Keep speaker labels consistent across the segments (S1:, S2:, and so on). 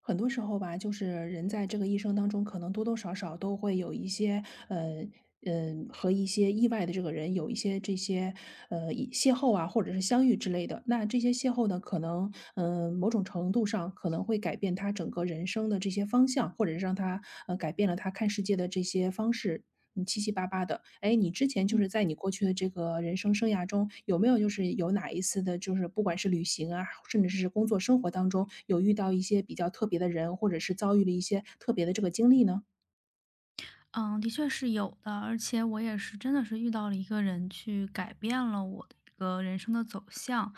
S1: 很多时候吧，就是人在这个一生当中，可能多多少少都会有一些，呃，和一些意外的这个人有一些这些，一邂逅啊，或者是相遇之类的。那这些邂逅呢，可能，某种程度上可能会改变他整个人生的这些方向，或者是让他，改变了他看世界的这些方式。你七七八八的。哎，你之前就是在你过去的这个人生生涯中，有没有就是有哪一次的，就是不管是旅行啊，甚至是工作生活当中，有遇到一些比较特别的人，或者是遭遇了一些特别的这个经历呢？
S2: 嗯，的确是有的，而且我也是真的是遇到了一个人去改变了我的一个人生的走向。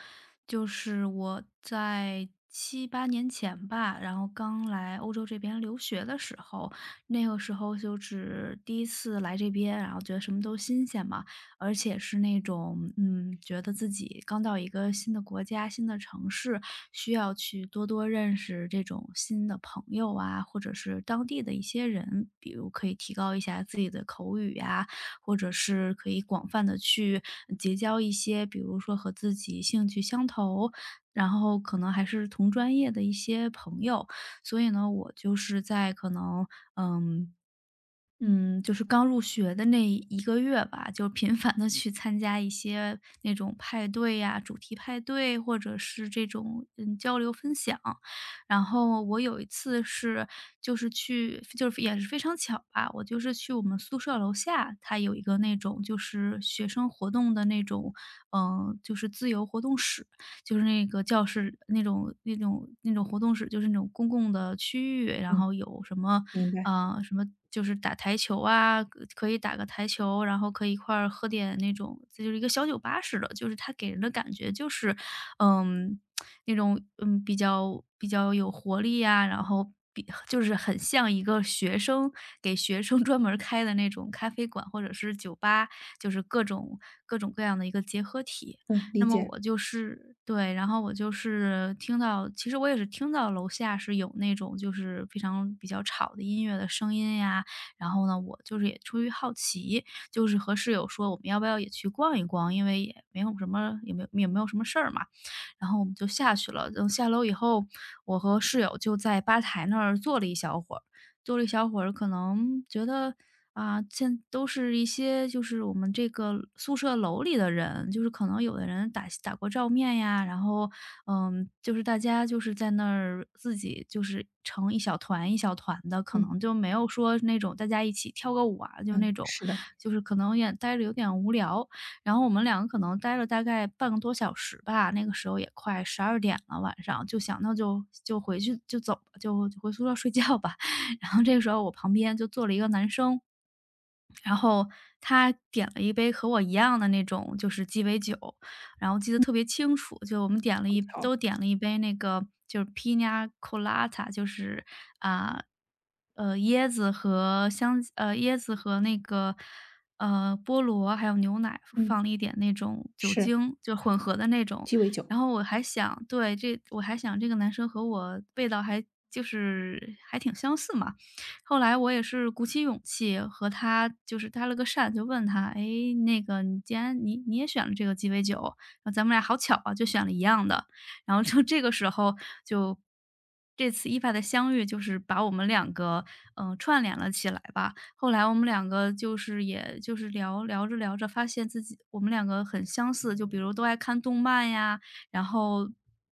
S2: 就是我在7、8年前吧，然后刚来欧洲这边留学的时候，那个时候就只第一次来这边，然后觉得什么都新鲜嘛，而且是那种，觉得自己刚到一个新的国家、新的城市，需要去多多认识这种新的朋友啊，或者是当地的一些人，比如可以提高一下自己的口语呀，或者是可以广泛的去结交一些，比如说和自己兴趣相投，然后可能还是同专业的一些朋友。所以呢，我就是在可能，嗯，就是刚入学的那1个月吧，就频繁的去参加一些那种派对呀，主题派对，或者是这种，交流分享。然后我有一次是就是去就是也是非常巧吧，我就是去我们宿舍楼下，它有一个那种就是学生活动的那种，嗯，就是自由活动室，就是那个教室那种活动室，就是那种公共的区域，然
S1: 嗯，
S2: 后有什么
S1: 明白。
S2: 什么就是打台球啊，可以打个台球，然后可以一块儿喝点那种这就是一个小酒吧似的，就是它给人的感觉就是，嗯，那种，嗯，比较有活力呀，然后就是很像一个学生给学生 专门儿开的那种咖啡馆或者是酒吧，就是各种各样的一个结合体。
S1: 嗯，理
S2: 那么
S1: 解。
S2: 我就是对，然后我就是听到其实我也是听到楼下是有那种就是非常比较吵的音乐的声音呀，然后呢，我就是也出于好奇，就是和室友说我们要不要也去逛一逛，因为也没有什么也没有什么事儿嘛。然后我们就下去了。等下楼以后，我和室友就在吧台那儿坐了一小会儿，坐了一小会儿，可能觉得啊，现都是一些就是我们这个宿舍楼里的人，就是可能有的人打过照面呀，然后嗯，就是大家就是在那儿自己就是成一小团一小团的，可能
S1: 嗯
S2: 就没有说那种大家一起跳个舞啊，就那
S1: 嗯，
S2: 种，
S1: 是的，好。
S2: 就是可能也待着有点无聊。然后我们两个可能待了大概半个多小时吧，那个时候也快12点了，晚上就想到就回去就走吧，就回宿舍睡觉吧。然后这个时候我旁边就坐了一个男生，然后他点了一杯和我一样的那种就是鸡尾酒，然后记得特别清楚，就我们点了一都点了一杯那个就是 p i n a Colada,就是啊，椰子和那个，呃，菠萝还有牛奶
S1: 嗯，
S2: 放了一点那种酒
S1: 是
S2: 精，就混合的那种。
S1: 鸡尾酒。
S2: 然后我还想对，我还想这个男生和我味道还就是还挺相似嘛，后来我也是鼓起勇气和他就是搭了个讪，就问他：“哎，那个你既然你也选了这个鸡尾酒，然后咱们俩好巧啊，就选了一样的。”然后就这个时候就这次意外的相遇，就是把我们两个，串联了起来吧。后来我们两个就是也就是聊着聊着，发现自己我们两个很相似，就比如都爱看动漫呀，然后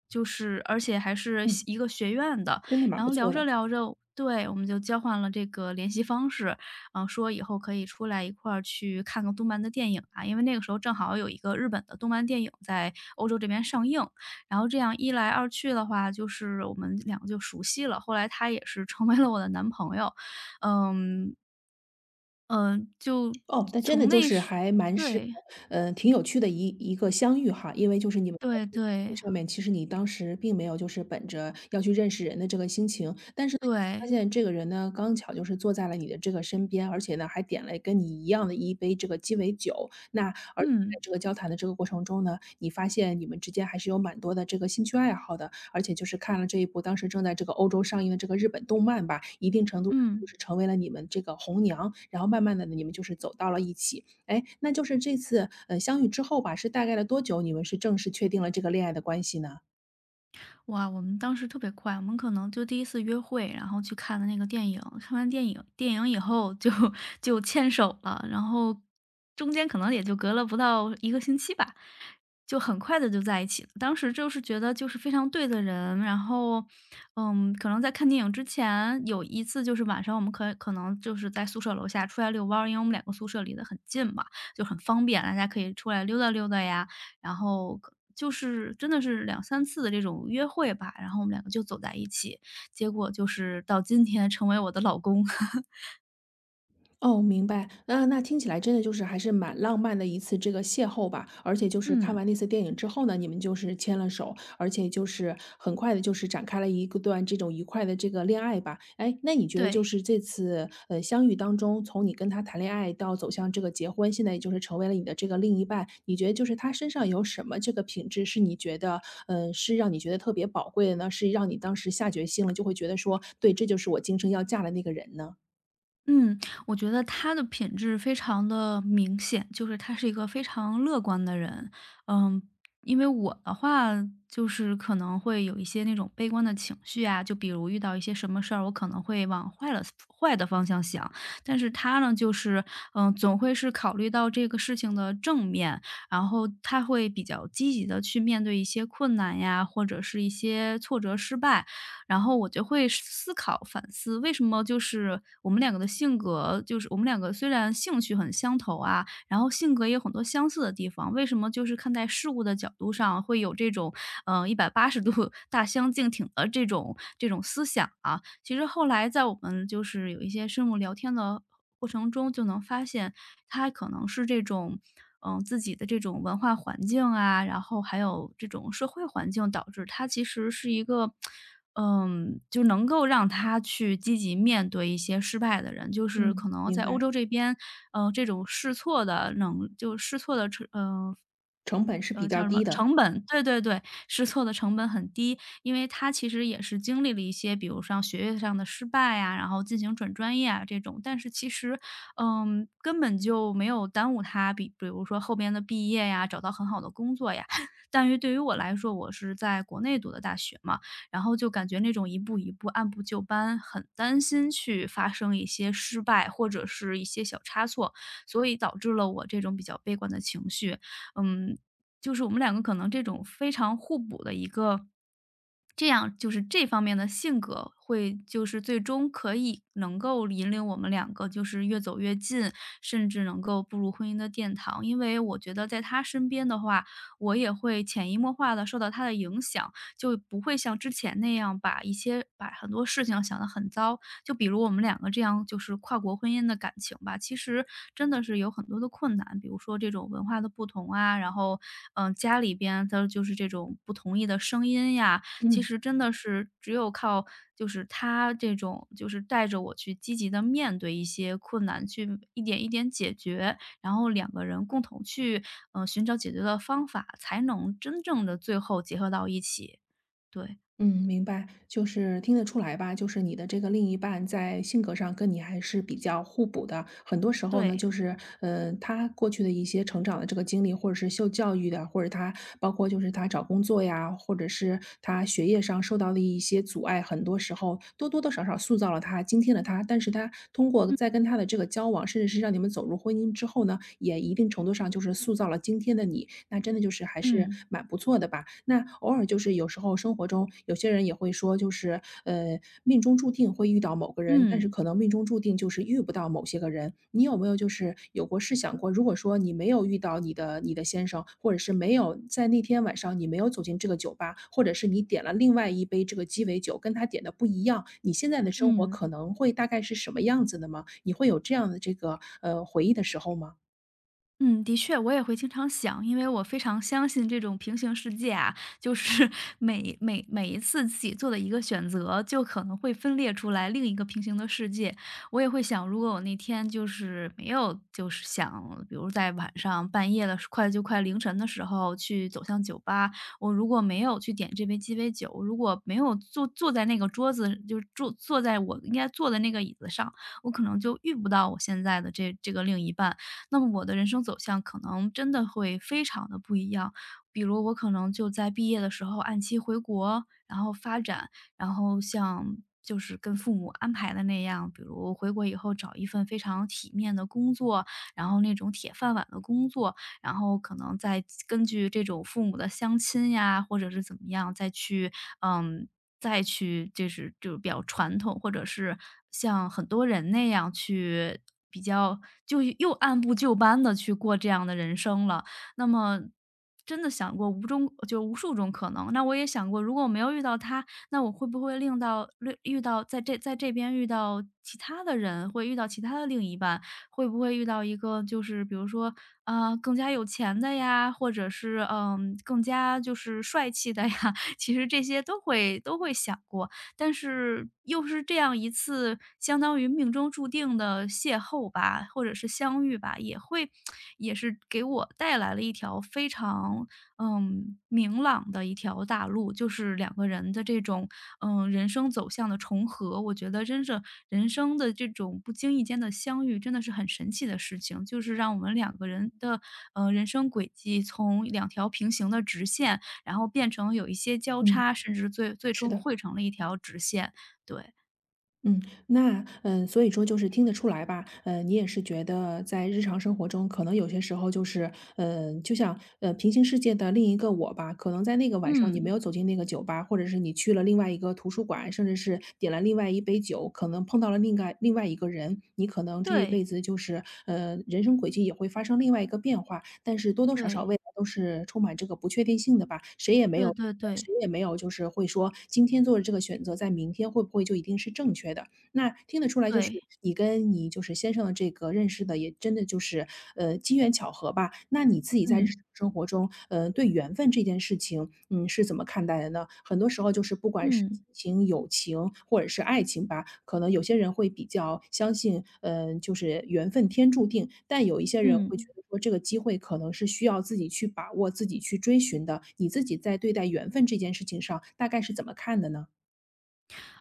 S2: 就是而且还是
S1: 嗯，
S2: 一个学院的，
S1: 真的蛮
S2: 然
S1: 不
S2: 后聊
S1: 错
S2: 着
S1: 的。
S2: 聊着，对，我们就交换了这个联系方式，嗯，说以后可以出来一块儿去看个动漫的电影啊，因为那个时候正好有一个日本的动漫电影在欧洲这边上映，然后这样一来二去的话，就是我们两个就熟悉了，后来他也是成为了我的男朋友，嗯，嗯，就
S1: 哦，那真的
S2: 从
S1: 就
S2: 那
S1: 是
S2: 时
S1: 还蛮是，
S2: 对，
S1: 挺有趣的一个相遇哈。因为就是你们在
S2: 对
S1: 这个聚会
S2: 对
S1: 上面，其实你当时并没有就是本着要去认识人的这个心情，但是呢，发
S2: 对，
S1: 现这个人呢，刚巧就是坐在了你的这个身边，而且呢，还点了跟你一样的一杯这个鸡尾酒。那而且
S2: 嗯，
S1: 在这个交谈的这个过程中呢，你发现你们之间还是有蛮多的这个兴趣爱好的。而且就是看了这一部当时正在这个欧洲上映的这个日本动漫吧，一定程度上就
S2: 嗯。
S1: 是成为了你们这个红娘，然后慢慢的呢，你们就是走到了一起。哎，那就是这次，相遇之后吧，是大概了多久，你们是正式确定了这个恋爱的关系呢？
S2: 哇，我们当时特别快，我们可能就第一次约会，然后去看的那个电影，看完电影以后就 就牵手了，然后中间可能也就隔了不到1个星期吧，就很快的就在一起了。当时就是觉得就是非常对的人，然后嗯，可能在看电影之前有一次就是晚上我们可能就是在宿舍楼下出来遛弯儿，因为我们两个宿舍离得很近嘛，就很方便，大家可以出来溜达溜达呀，然后就是真的是2、3次的这种约会吧，然后我们两个就走在一起，结果就是到今天成为我的老公。
S1: 哦，明白。那那听起来真的就是还是蛮浪漫的一次这个邂逅吧。而且就是看完
S2: 嗯，
S1: 那次电影之后呢，你们就是牵了手，而且就是很快的，就是展开了一个段这种愉快的这个恋爱吧。哎，那你觉得就
S2: 对。
S1: 是这次，相遇当中，从你跟他谈恋爱到走向这个结婚，现在也就是成为了你的这个另一半，你觉得就是他身上有什么这个品质是你觉得嗯，是让你觉得特别宝贵的呢？是让你当时下决心了，就会觉得说，对，这就是我今生要嫁的那个人呢？
S2: 嗯，我觉得他的品质非常的明显，就是他是一个非常乐观的人。嗯，因为我的话，就是可能会有一些那种悲观的情绪啊，就比如遇到一些什么事儿，我可能会往坏了坏的方向想。但是他呢，就是，嗯，总会是考虑到这个事情的正面，然后他会比较积极的去面对一些困难呀，或者是一些挫折、失败。然后我就会思考、反思，为什么就是我们两个的性格，就是我们两个虽然兴趣很相投啊，然后性格也有很多相似的地方，为什么就是看待事物的角度上会有这种，嗯180度大相径庭的这种思想啊？其实后来在我们就是有一些深入聊天的过程中，就能发现他可能是这种，嗯，自己的这种文化环境啊，然后还有这种社会环境，导致他其实是一个嗯，就能够让他去积极面对一些失败的人，就是
S1: 嗯，
S2: 可能在
S1: 明
S2: 欧
S1: 白。
S2: 洲这边，嗯，这种试错的能试错的
S1: 成本是比
S2: 叫
S1: 较
S2: 什么
S1: 低的。
S2: 成本对对对，试错的成本很低。因为他其实也是经历了一些，比如像学业上的失败啊，然后进行转专业啊这种，但是其实，嗯，根本就没有耽误他，比如说后边的毕业呀，找到很好的工作呀。但对于我来说，我是在国内读的大学嘛，然后就感觉那种一步一步按部就班，很担心去发生一些失败或者是一些小差错，所以导致了我这种比较悲观的情绪。嗯，就是我们两个可能这种非常互补的一个这样就是这方面的性格会就是最终能够引领我们两个就是越走越近，甚至能够步入婚姻的殿堂。因为我觉得在他身边的话，我也会潜移默化地受到他的影响，就不会像之前那样把一些把很多事情想得很糟。就比如我们两个这样就是跨国婚姻的感情吧，其实真的是有很多的困难，比如说这种文化的不同啊，然后，家里边的就是这种不同意的声音呀，其
S1: 嗯。
S2: 实真的是只有靠就是他这种就是带着我去积极的面对一些困难，去一点一点解决，然后两个人共同去，呃，寻找解决的方法，才能真正的最后结合到一起。对，
S1: 嗯，明白，就是听得出来吧，就是你的这个另一半在性格上跟你还是比较互补的。很多时候呢，
S2: 对，
S1: 就是他过去的一些成长的这个经历，或者是受教育的，或者他包括就是他找工作呀，或者是他学业上受到的一些阻碍，很多时候多多少少塑造了他，今天的他。但是他通过在跟他的这个交往，甚至是让你们走入婚姻之后呢，也一定程度上就是塑造了今天的你。那真的就是还是
S2: 嗯，
S1: 蛮不错的吧。那偶尔就是有时候生活中有些人也会说，就是命中注定会遇到某个人，但是
S2: 嗯，
S1: 可能命中注定就是遇不到某些个人。你有没有就是有过试想过，如果说你没有遇到你的先生，或者是没有在那天晚上你没有走进这个酒吧，或者是你点了另外一杯这个鸡尾酒，跟他点的不一样，你现在的生活
S2: 嗯。
S1: 可能会大概是什么样子的吗？你会有这样的这个回忆的时候吗？
S2: 嗯，的确，我也会经常想，因为我非常相信这种平行世界啊，就是 每一次自己做的一个选择，就可能会分裂出来另一个平行的世界。我也会想，如果我那天就是没有，就是想，比如在晚上半夜的时快就快凌晨的时候去走向酒吧，我如果没有去点这杯鸡尾酒，如果没有坐在那个桌子，就是坐在我应该坐的那个椅子上，我可能就遇不到我现在的这个另一半。那么我的人生走向可能真的会非常的不一样。比如我可能就在毕业的时候按期回国，然后发展，然后像就是跟父母安排的那样，比如回国以后找一份非常体面的工作，然后那种铁饭碗的工作，然后可能再根据这种父母的相亲呀，或者是怎么样，再去，嗯。再去就是比较传统，或者是像很多人那样去比较就又按部就班的去过这样的人生了。那么真的想过无中就无数种可能，那我也想过，如果我没有遇到他，那我会不会令到遇遇到在这边遇到其他的人，会遇到其他的另一半，会不会遇到一个就是比如说，啊，更加有钱的呀，或者是，嗯，更加就是帅气的呀，其实这些都会想过，但是又是这样一次相当于命中注定的邂逅吧，或者是相遇吧，也会也是给我带来了一条非常，嗯，明朗的一条大路，就是两个人的这种，嗯，人生走向的重合。我觉得真是人生的这种不经意间的相遇，真的是很神奇的事情，就是让我们两个人的，人生轨迹从两条平行的直线然后变成有一些交
S1: 嗯，
S2: 叉，甚至最最
S1: 是
S2: 终
S1: 的。
S2: 汇成了一条直线。对，
S1: 嗯。那，嗯，所以说就是听得出来吧，嗯，你也是觉得在日常生活中，可能有些时候就是，嗯，就像，平行世界的另一个我吧，可能在那个晚上你没
S2: 嗯，
S1: 有走进那个酒吧，或者是你去了另外一个图书馆，甚至是点了另外一杯酒，可能碰到了另外一个人，你可能这一
S2: 对，
S1: 辈子就是，人生轨迹也会发生另外一个变化，但是多多少少
S2: 对，
S1: 未来都是充满这个不确定性的吧，谁也没
S2: 对
S1: 有。
S2: 对对，
S1: 谁也没有，就是会说今天做的这个选择，在明天会不会就一定是正确的？那听得出来，就
S2: 对，
S1: 是你跟你就是先生的这个认识的，也真的就是，机缘巧合吧。那你自己在日
S2: 嗯，
S1: 常生活中，对缘分这件事情，嗯，是怎么看待的呢？很多时候就是不管是
S2: 嗯，
S1: 亲情、友情或者是爱情吧，可能有些人会比较相信，嗯，就是缘分天注定，但有一些人会觉
S2: 嗯。
S1: 得说这个机会可能是需要自己去把握、自己去追寻的。你自己在对待缘分这件事情上，大概是怎么看的呢？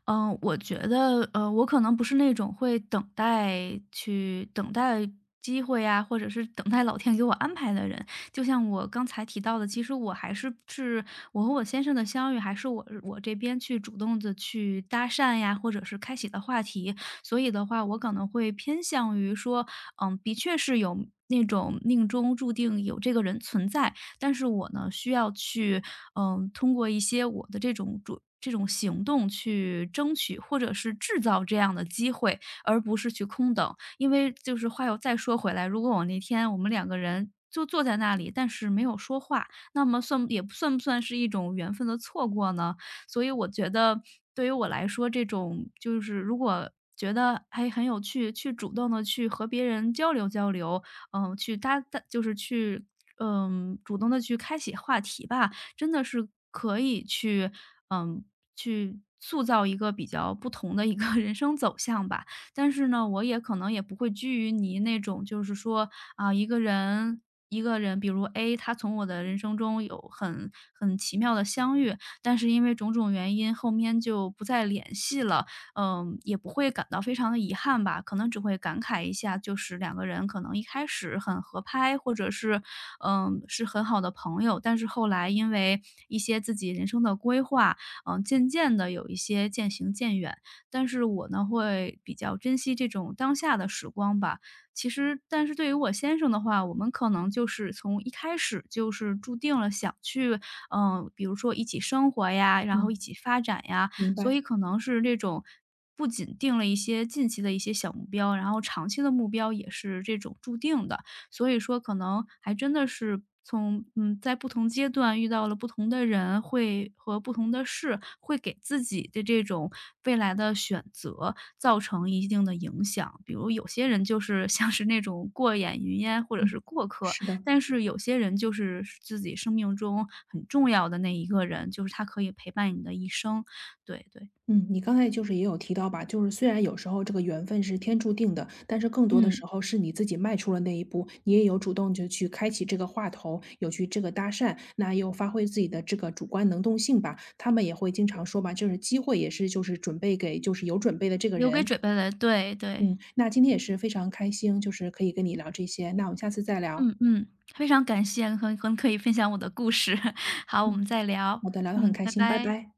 S2: 嗯，我觉得，我可能不是那种会等待机会呀，或者是等待老天给我安排的人。就像我刚才提到的，其实我还是我和我先生的相遇，还是我这边去主动的去搭讪呀，或者是开启的话题。所以的话，我可能会偏向于说，嗯，的确是有那种命中注定有这个人存在，但是我呢，需要去，嗯，通过一些我的这种行动去争取，或者是制造这样的机会，而不是去空等。因为就是话又再说回来，如果我那天我们两个人就坐在那里，但是没有说话，那么算不算是一种缘分的错过呢？所以我觉得对于我来说，这种就是如果觉得还很有趣，去主动的去和别人交流交流，嗯，去搭搭就是去嗯，主动的去开启话题吧，真的是可以去嗯，去塑造一个比较不同的一个 人生走向吧。但是呢，我也可能也不会拘泥于你那种就是说，啊，一个人比如 A,他从我的人生中有很奇妙的相遇，但是因为种种原因后面就不再联系了，嗯，也不会感到非常的遗憾吧，可能只会感慨一下，就是两个人可能一开始很合拍，或者是嗯，是很好的朋友。但是后来因为一些自己人生的规划，嗯，渐渐的有一些渐行渐远。但是我呢，会比较珍惜这种当下的时光吧。其实但是对于我先生的话，我们可能就是从一开始就是注定了想去，嗯，比如说一起生活呀，然后一
S1: 嗯，
S2: 起发展呀，
S1: 明
S2: 所以
S1: 白。
S2: 可能是这种不仅定了一些近期的一些小目标，然后长期的目标也是这种注定的。所以说可能还真的是从嗯，在不同阶段遇到了不同的人，会和不同的事，会给自己的这种未来的选择造成一定的影响。比如有些人就是 像是那种过眼云烟或者是
S1: 嗯，
S2: 过客，
S1: 是的。
S2: 但是有些人就是自己生命中很重要的那一个人，就是他可以陪伴你的一生。对对，
S1: 嗯，你刚才就是也有提到吧，就是虽然有时候这个缘分是天注定的，但是更多的
S2: 嗯，
S1: 时候是你自己迈出了那一步，你也有主动就去开启这个话头，有去这个搭讪，那又发挥自己的这个主观能动性吧。他们也会经常说吧，就是机会也是就是准备给就是有准备的这个
S2: 留给
S1: 人。
S2: 准备的，对对。
S1: 嗯，那今天也是非常开心，就是可以跟你聊这些，那我们下次再聊。
S2: 嗯嗯，非常感谢很可以分享我的故事，好，我们
S1: 嗯，
S2: 再聊，
S1: 好的，聊得很
S2: 嗯，
S1: 开
S2: 拜
S1: 心，拜
S2: 拜。
S1: 拜。